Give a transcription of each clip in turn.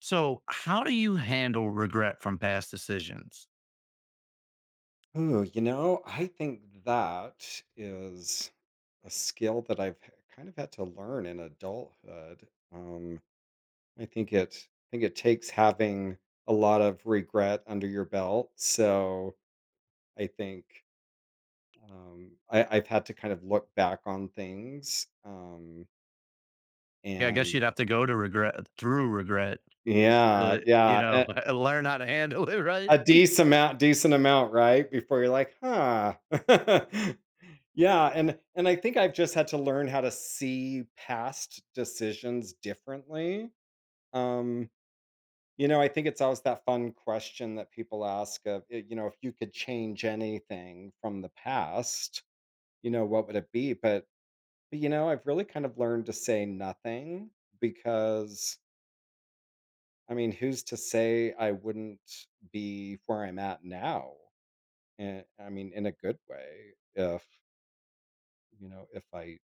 So, how do you handle regret from past decisions? Ooh, you know, I think that is a skill that kind of had to learn in adulthood. I think it takes having a lot of regret under your belt. So I think I've had to kind of look back on things. Um, Yeah, I guess and you'd have to go to regret through regret yeah, to, you know, yeah, learn how to handle it, a, right? a decent amount, right? Before you're like, huh. Yeah, and I think I've just had to learn how to see past decisions differently. Um, I think it's always that fun question that people ask of, you know, if you could change anything from the past, you know, what would it be? But I've really kind of learned to say nothing because I mean, who's to say I wouldn't be where I'm at now? And I mean, in a good way, if you know, if I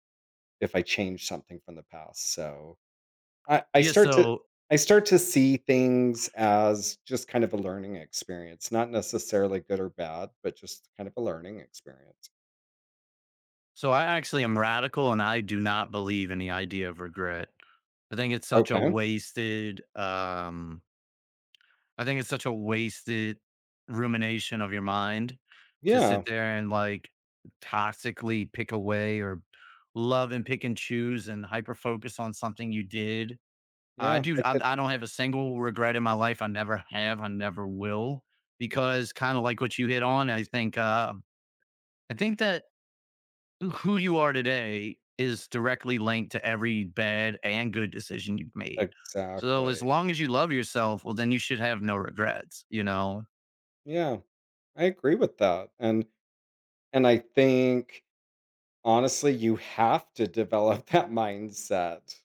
if I change something from the past, so I Yeah, start to so I start to see things as just kind of a learning experience, not necessarily good or bad, but just kind of a learning experience. so I actually am radical and I do not believe in the idea of regret. I think it's such a Okay. wasted um I think it's such a wasted rumination of your mind to Yeah, sit there and like toxically pick away or love and pick and choose and hyper focus on something you did. I yeah, I do. I, could I don't have a single regret in my life. I never have. I never will. Because kind of like what you hit on, I think. I think that who you are today is directly linked to every bad and good decision you've made. So exactly. as long as you love yourself, well, then you should have no regrets. You know. Yeah, I agree with that, and I think, honestly, you have to develop that mindset.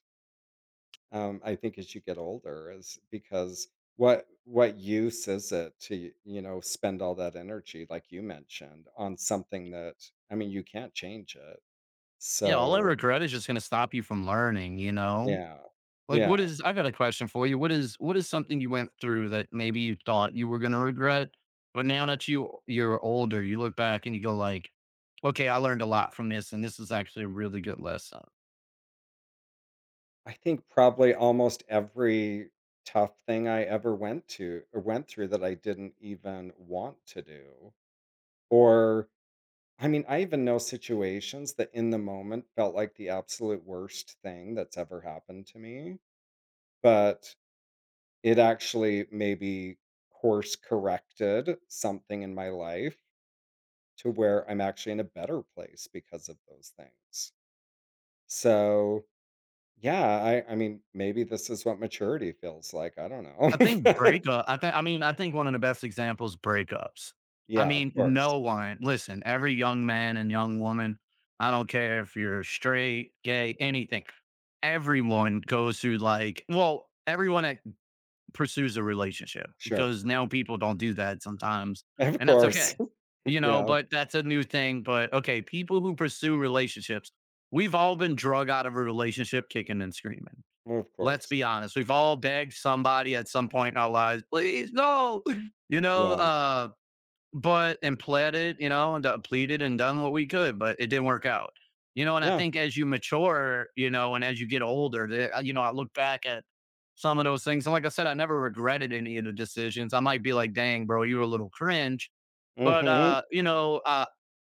I think as you get older is because what use is it to, you know, spend all that energy like you mentioned on something that I mean, you can't change it. Yeah. All I So, regret is just going to stop you from learning. You know. yeah. Like, what Yeah. is I've got a question for you. What is something you went through that maybe you thought you were gonna regret, but now that you're older, you look back and you go like, "Okay, I learned a lot from this, and this is actually a really good lesson." I think probably almost every tough thing I ever went to or went through that I didn't even want to do or I mean, I even know situations that in the moment felt like the absolute worst thing that's ever happened to me, but it actually maybe course corrected something in my life to where I'm actually in a better place because of those things. So, yeah, I mean, maybe this is what maturity feels like, I don't know. I think breakup. I think. I mean, I think one of the best examples breakups. I Yeah, of mean, course. no one. Listen, every young man and young woman. I don't care if you're straight, gay, anything. Everyone goes through like, well, everyone at pursues a relationship Sure. because now people don't do that sometimes, Of and that's course. okay. You know, Yeah, but that's a new thing. But okay, people who pursue relationships, we've all been drug out of a relationship kicking and screaming. of Let's course. be honest. We've all begged somebody at some point in our lives, please, no. You know, Yeah. uh, but and pled it, you know, and pleaded and done what we could, but it didn't work out. You know, and I Yeah. think as you mature, you know, and as you get older, you know, I look back at some of those things. And like I said, I never regretted any of the decisions. I might be like, dang, bro, you were a little cringe. But, Mhm. you know,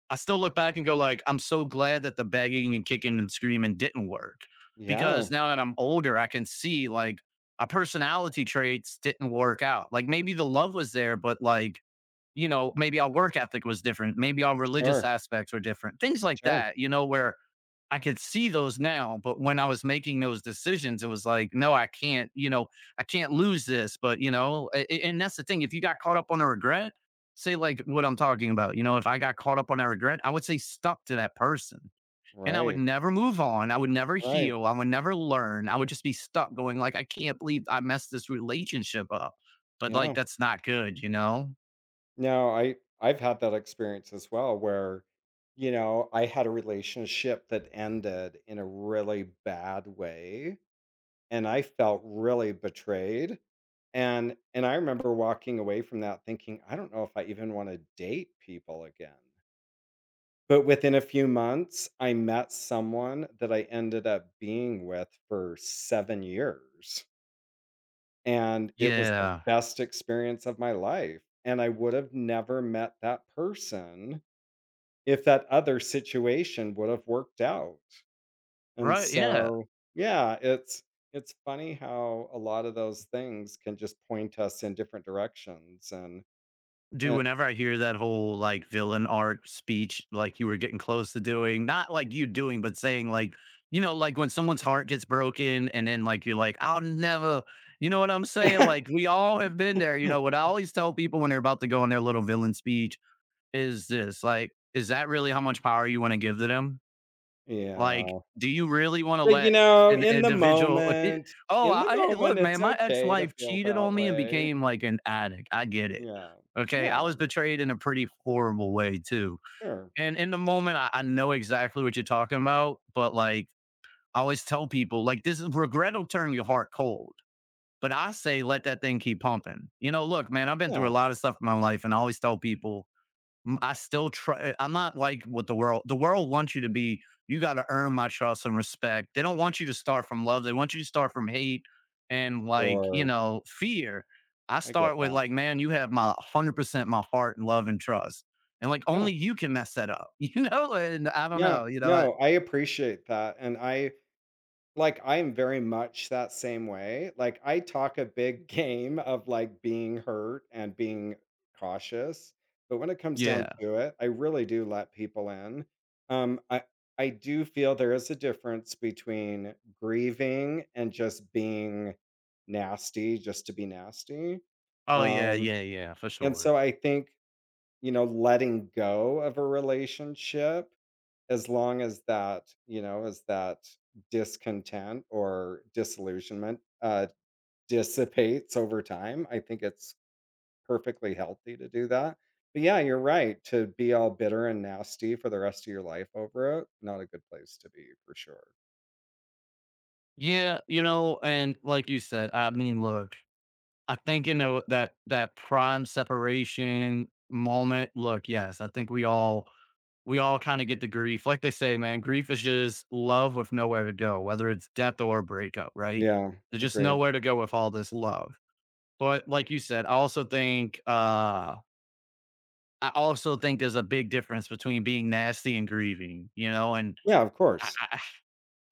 I still look back and go, like, I'm so glad that the begging and kicking and screaming didn't work Yeah, because now that I'm older, I can see like our personality traits didn't work out. Like maybe the love was there, but like, you know, maybe our work ethic was different. Maybe our religious sure, aspects were different. Things like sure. that, you know, where I could see those now. But when I was making those decisions, it was like, no, I can't, you know, I can't lose this. But, you know, and that's the thing. If you got caught up on a regret, say like what I'm talking about, you know, if I got caught up on a regret, I would say stuck to that person. And I would Right, never move on. I would never right. heal. I would never learn. I would just be stuck going like, I can't believe I messed this relationship up. But like, Yeah. that's not good, you know? No, I've had that experience as well where, you know, I had a relationship that ended in a really bad way and I felt really betrayed. And I remember walking away from that thinking, I don't know if I even want to date people again. But within a few months, I met someone that I ended up being with for 7 years. And it was the Yeah. best experience of my life. And I would have never met that person if that other situation would have worked out. And Right, yeah. so, yeah, it's funny how a lot of those things can just point us in different directions Dude, and whenever I hear that whole, like, villain arc speech, like, you were getting close to doing not like you doing, but saying, like, you know, like, when someone's heart gets broken and then, like, you're like, "I'll never" you know what I'm saying? Like, we all have been there, you know, what I always tell people when they're about to go on their little villain speech is this, like, is that really how much power you wanna give to them? Like, yeah. do you really wanna But, you let know, an in the individual moment "Oh, In the I hey, moment, look, it's man, my okay to ex-wife feel cheated that on me and way. became, like, an addict. I get it." Yeah. Okay, I Yeah, was betrayed in a pretty horrible way too, sure. and in the moment, I know exactly what you're talking about, but, like, I always tell people, like, "This is regret'll turn your heart cold," but I say, "Let that thing keep pumping." You know, look, man, I've been through a Yeah, lot of stuff in my life, and I always tell people I still try. I'm not like what the world. The world wants you to be. You got to earn my trust and respect. They don't want you to start from love. They want you to start from hate and like you sure. know fear. I I start get with that. like, man, you have my 100% my heart and love and trust, and like Yeah. only you can mess that up, you know. And I don't Yeah. know, you know. I, No, I appreciate that, and I like, I am very much that same way. Like, I talk a big game of, like, being hurt and being cautious, but when it comes down yeah. to it, I really do let people in. Um, I I do feel there is a difference between grieving and just being nasty just to be nasty. Oh yeah, Um, yeah, yeah, for and sure. so I think, you know, letting go of a relationship as long as that, you know, as that discontent or disillusionment, dissipates over time, I think it's perfectly healthy to do that. But yeah, you're right. To be all bitter and nasty for the rest of your life over it, not a good place to be for sure. Yeah, you know, and like you said, I mean, look, I think, you know, that that prime separation moment, look, yes, I think we all kind of get the grief. Like they say, man, grief is just love with nowhere to go, whether it's death or breakup, right? Yeah, There's just agreed. nowhere to go with all this love. But like you said, I also think there's a big difference between being nasty and grieving, you know, and Yeah, of I, course. I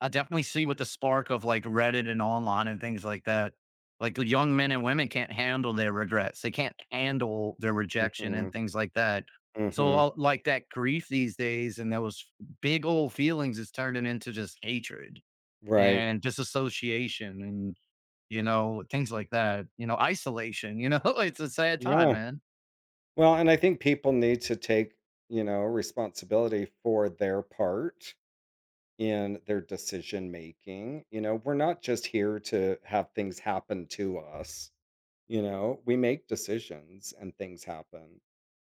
I definitely see with the spark of like Reddit and online and things like that. Like young men and women can't handle their regrets. They can't handle their rejection and Mhm, things like that. So mhm, like that grief these days and those big old feelings is turning into just hatred right. and disassociation and you know things like that. You know isolation. You know it's a sad time, Yeah. man. Well, and I think people need to take, you know, responsibility for their part in their decision making. You know, we're not just here to have things happen to us. You know, we make decisions and things happen.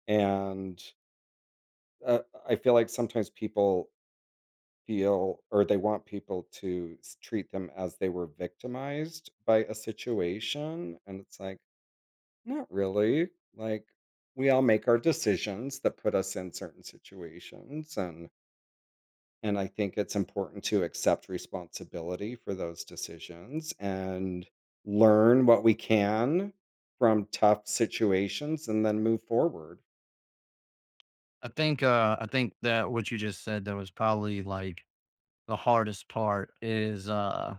And uh, I feel like sometimes people feel or they want people to treat them as they were victimized by a situation. And it's like, not really. Like, we all make our decisions that put us in certain situations. And I think it's important to accept responsibility for those decisions and learn what we can from tough situations and then move forward. I think that what you just said that was probably like the hardest part is uh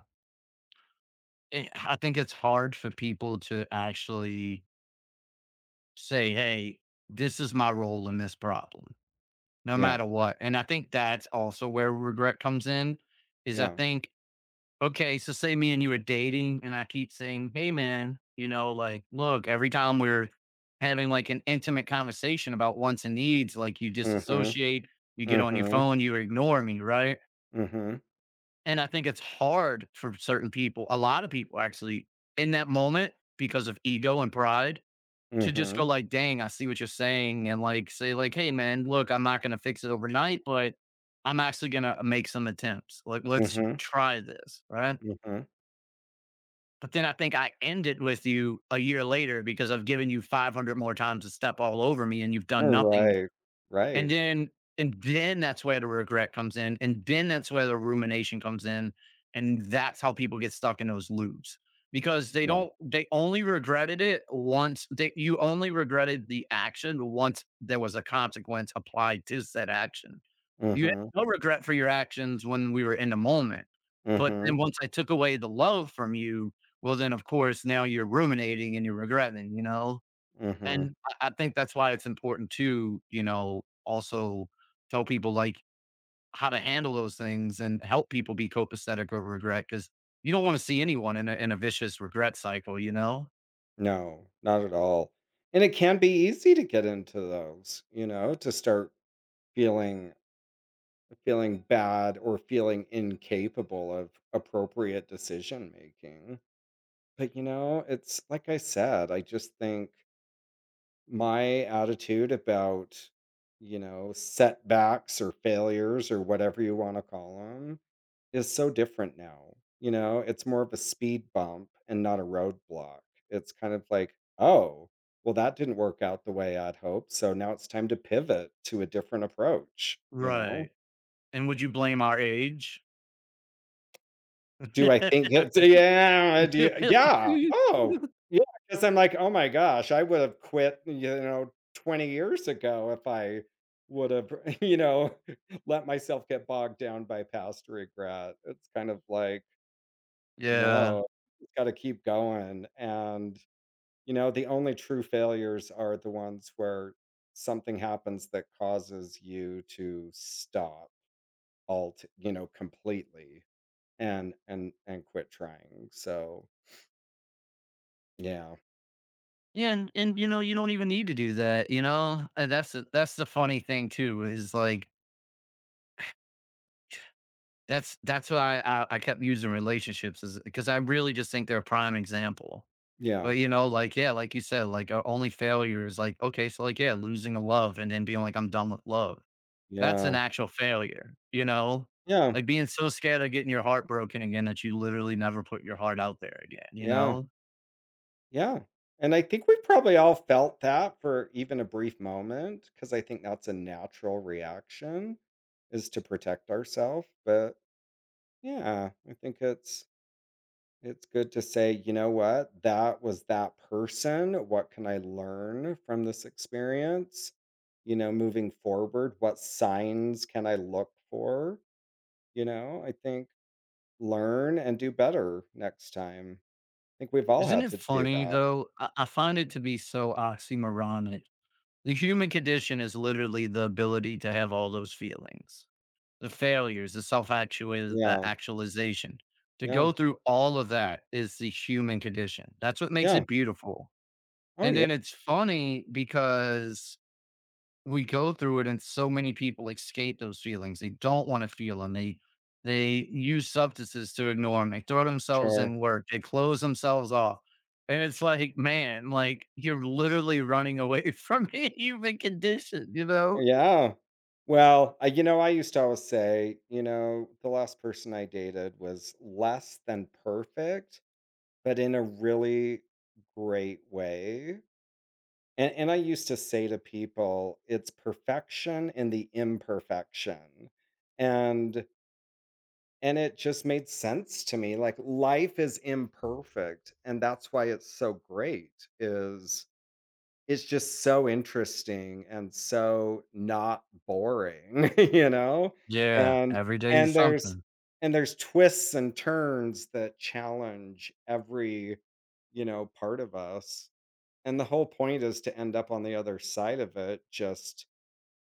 eh, I think it's hard for people to actually say, hey, this is my role in this problem, no Yeah. matter what. And I think that's also where regret comes in is I Yeah. think, okay, so say me and you are dating, and I keep saying, hey, man, you know, like, look, every time we're having like an intimate conversation about wants and needs, like you Mhm. disassociate, you get on your Mhm. phone, you ignore me, right? Mhm. And I think it's hard for certain people, a lot of people actually, in that moment because of ego and pride to just go Mhm. like, "Dang, I see what you're saying," and like say like, "Hey, man, look, I'm not gonna fix it overnight, but I'm actually gonna make some attempts. Like, let's Mhm. try this, right?" Mhm. But then I think I end it with you a year later because I've given you 500 more times to step all over me and you've done All nothing right. and Right. then and then that's where the regret comes in, and then that's where the rumination comes in, and that's how people get stuck in those loops because they Yeah. don't they only regretted it once they you only regretted the action once there was a consequence applied to said action. You had Mhm. no regret for your actions when we were in the moment. But then Mhm. once I took away the love from you, well then of course now you're ruminating and you're regretting, you know? Mhm. And I think that's why it's important to, you know, also tell people, like, how to handle those things and help people be copacetic over regret because you don't wanna see anyone in a vicious regret cycle, you know? No, not at all. And it can be easy to get into those, you know, to start feeling feeling bad or feeling incapable of appropriate decision making. But, you know, it's like I said, I just think my attitude about, you know, setbacks or failures or whatever you want to call them is so different now. You know, it's more of a speed bump and not a roadblock. It's kind of like, oh, well, that didn't work out the way I'd hoped. So now it's time to pivot to a different approach, you know? Right. And would you blame our age? Do I think that's yeah, do you yeah, oh, yeah, 'cause I'm like, "Oh my gosh, I would have quit, you know, 20 years ago if I would have, you know, let myself get bogged down by past regret." It's kind of like, Yeah. "No, it's gotta keep going," and, you know, the only true failures are the ones where something happens that causes you to stop alt you know, completely and quit trying, so yeah. Yeah, and you know, you don't even need to do that, you know? And that's the funny thing too is, like, that's why I kept using relationships is because I really just think they're a prime example. Yeah. But, you know, like, yeah, like you said, like, our only failure is like, okay, so, like, yeah, losing a love and then being like, "I'm done with love." That's an Yeah. actual failure, you know? Yeah. Like, being so scared of getting your heart broken again that you literally never put your heart out there again, you Yeah. know? Yeah. And I think we probably all felt that for even a brief moment, because I think that's a natural reaction is to protect ourselves. But yeah, I think it's good to say, you know what, that was that person. What can I learn from this experience? You know, moving forward, what signs can I look for? You know, I think learn and do better next time. Think we've all Isn't had it to do funny, that. though? I find it to be so oxymoronic. The human condition is literally the ability to have all those feelings, the failures, the self Yeah, actualization. To yeah, go through all of that is the human condition. That's what makes yeah. it beautiful. Oh, And yeah, then it's funny because we go through it, and so many people escape those feelings. They don't want to feel them. They use substances to ignore them. They throw themselves sure. in work. They close themselves off. And it's like, man, like you're literally running away from the human condition, you Oh, know? yeah. Well, I you know, I used to always say, you know, the last person I dated was less than perfect, but in a really great way. And I used to say to people, it's perfection in the imperfection. And and it just made sense to me. Like life is imperfect, and that's why it's so great is it's just so interesting and so not boring, you know? Yeah, And every day and is there's something. There's twists and turns that challenge every, you know, part of us. And the whole point is to end up on the other side of it, just,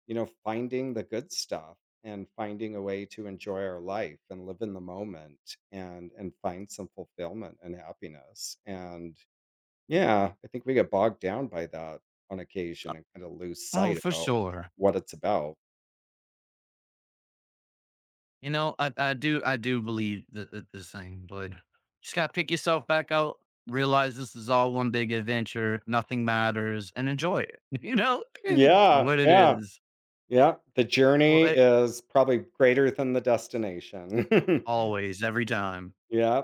you know, finding the good stuff and finding a way to enjoy our life and live in the moment and find some fulfillment and happiness. And yeah, I think we get bogged down by that on occasion Uh, and kinda lose Oh, sight for about sure. what it's about. You know, I do believe that, that the same, but just gotta pick yourself back out, realize this is all one big adventure, nothing matters, and enjoy it. You know, for Yeah, what it yeah, is. yeah. The Well, journey it, is probably greater than the destination. always, every time. Yeah.